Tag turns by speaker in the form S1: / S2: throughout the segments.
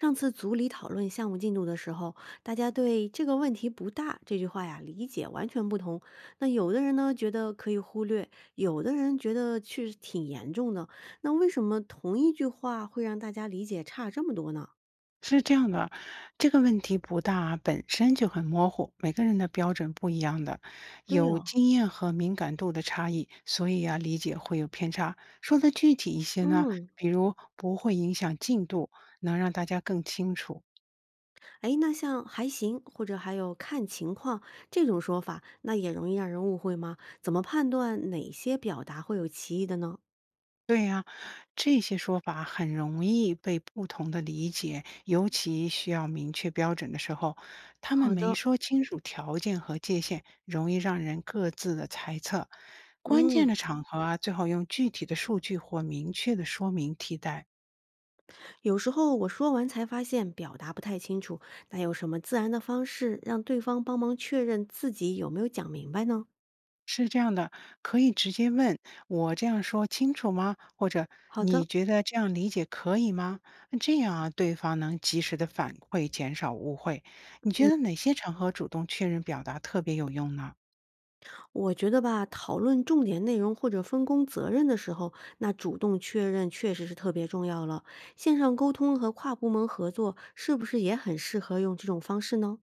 S1: 上次组里讨论项目进度的时候，大家对“这个问题不大”这句话呀理解完全不同。那有的人呢觉得可以忽略，有的人觉得确实挺严重的。那为什么同一句话会让大家理解差这么多呢？
S2: 是这样的，这个问题不大，本身就很模糊，每个人的标准不一样的，
S1: 对
S2: 有
S1: 哦，
S2: 经验和敏感度的差异，所以啊，理解会有偏差。说的具体一些呢，
S1: 嗯，
S2: 比如不会影响进度，能让大家更清楚。
S1: 哎，那像“还行”或者还有“看情况”这种说法，那也容易让人误会吗？怎么判断哪些表达会有歧义的呢？
S2: 对呀，这些说法很容易被不同的理解，尤其需要明确标准的时候，他们
S1: 好
S2: 没
S1: 的，
S2: 说清楚条件和界限，容易让人各自的猜测。关
S1: 嗯。
S2: 键的场合啊，最好用具体的数据或明确的说明替代。
S1: 有时候我说完才发现表达不太清楚，那有什么自然的方式让对方帮忙确认自己有没有讲明白呢？
S2: 是这样的，可以直接问我这样说清楚吗？或者
S1: 好
S2: 你
S1: 的，
S2: 觉得这样理解可以吗？那这样啊，对方能及时的反馈，减少误会。你觉得哪些场合主动确认表达特别有用呢？
S1: 我觉得吧，讨论重点内容或者分工责任的时候，那主动确认确实是特别重要了。线上沟通和跨部门合作是不是也很适合用这种方式呢？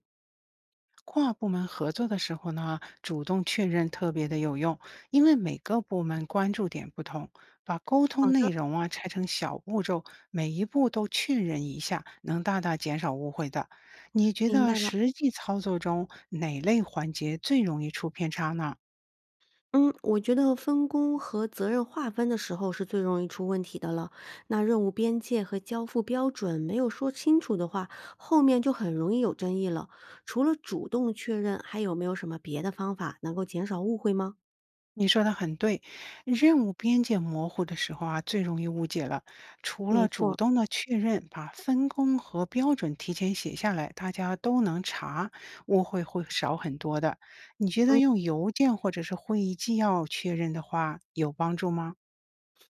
S2: 跨部门合作的时候呢，主动确认特别的有用，因为每个部门关注点不同，把沟通
S1: 好
S2: 内
S1: 的，
S2: 容啊拆成小步骤，每一步都确认一下，能大大减少误会的。你觉
S1: 明
S2: 得
S1: 白了。
S2: 实际操作中哪类环节最容易出偏差呢？
S1: 嗯，我觉得分工和责任划分的时候是最容易出问题的了。那任务边界和交付标准没有说清楚的话，后面就很容易有争议了。除了主动确认，还有没有什么别的方法能够减少误会吗？
S2: 你说的很对，任务边界模糊的时候啊，最容易误解了。除
S1: 没
S2: 了主
S1: 错，
S2: 动的确认，把分工和标准提前写下来，大家都能查，误会会少很多的。你觉得用邮件或者是会议纪要确认的话，有帮助吗？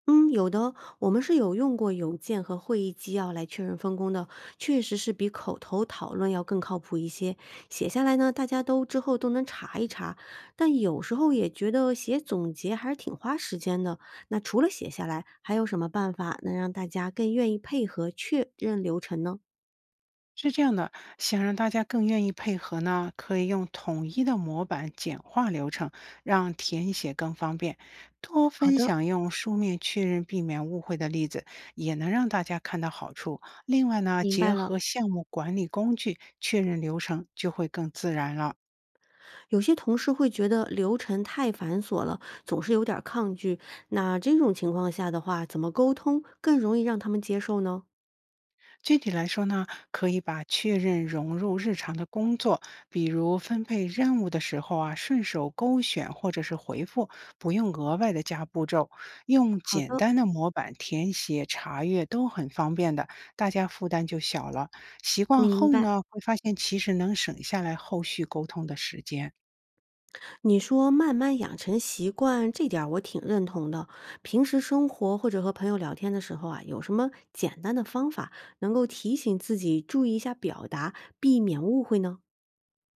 S1: 嗯，有的，我们是有用过邮件和会议纪要来确认分工的，确实是比口头讨论要更靠谱一些。写下来呢，大家都之后都能查一查，但有时候也觉得写总结还是挺花时间的。那除了写下来，还有什么办法能让大家更愿意配合确认流程呢？
S2: 是这样的，想让大家更愿意配合呢，可以用统一的模板简化流程，让填写更方便。多
S1: 好
S2: 分
S1: 的，
S2: 享用书面确认避免误会的例子，也能让大家看到好处。另外呢，
S1: 明白
S2: 结
S1: 了。
S2: 合项目管理工具确认流程，就会更自然了。
S1: 有些同事会觉得流程太繁琐了，总是有点儿抗拒。那这种情况下的话，怎么沟通更容易让他们接受呢？
S2: 具体来说呢，可以把确认融入日常的工作，比如分配任务的时候啊，顺手勾选或者是回复，不用额外的加步骤，用
S1: 好
S2: 简
S1: 的，
S2: 单的模板填写、查阅都很方便的，大家负担就小了。习惯
S1: 明
S2: 后
S1: 白。
S2: 呢，会发现其实能省下来后续沟通的时间。
S1: 你说慢慢养成习惯，这点儿我挺认同的。平时生活或者和朋友聊天的时候啊，有什么简单的方法能够提醒自己注意一下表达，避免误会呢？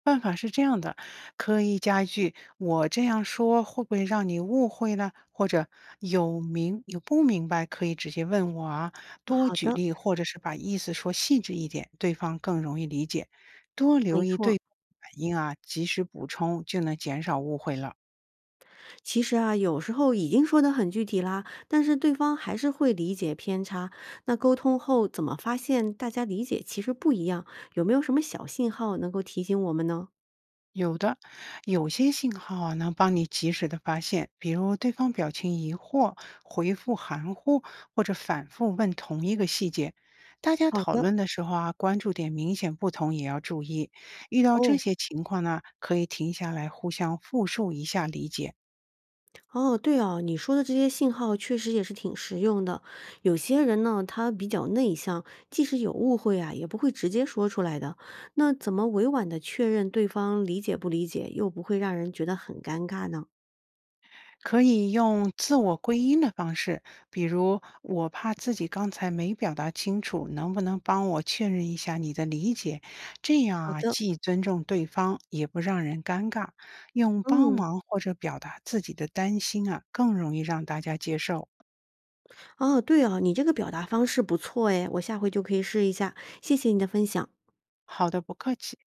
S2: 办法是这样的，可以加一句“我这样说会不会让你误会呢？”或者“有明有不明白可以直接问我啊。”多
S1: 好
S2: 举
S1: 的，
S2: 例或者是把意思说细致一点，对方更容易理解。多
S1: 没
S2: 留意对
S1: 错。
S2: 方的反应啊，及时补充就能减少误会了。
S1: 其实啊，有时候已经说得很具体啦，但是对方还是会理解偏差。那沟通后怎么发现大家理解其实不一样？有没有什么小信号能够提醒我们呢？
S2: 有的，有些信号啊能帮你及时的发现，比如对方表情疑惑、回复含糊，或者反复问同一个细节。大家
S1: 好
S2: 讨
S1: 的，
S2: 论的时候啊，关注点明显不同也要注意。遇到这
S1: 哦。
S2: 些情况呢，可以停下来互相复述一下理解，
S1: 哦，对哦，你说的这些信号确实也是挺实用的。有些人呢，他比较内向，即使有误会啊，也不会直接说出来的。那怎么委婉的确认对方理解不理解，又不会让人觉得很尴尬呢？
S2: 可以用自我归因的方式，比如我怕自己刚才没表达清楚，能不能帮我确认一下你的理解？这样
S1: 好
S2: 啊，
S1: 的，
S2: 既尊重对方，也不让人尴尬。用帮
S1: 嗯，
S2: 忙或者表达自己的担心啊，更容易让大家接受。
S1: 哦，对哦，你这个表达方式不错诶，我下回就可以试一下。谢谢你的分享。
S2: 好的，不客气。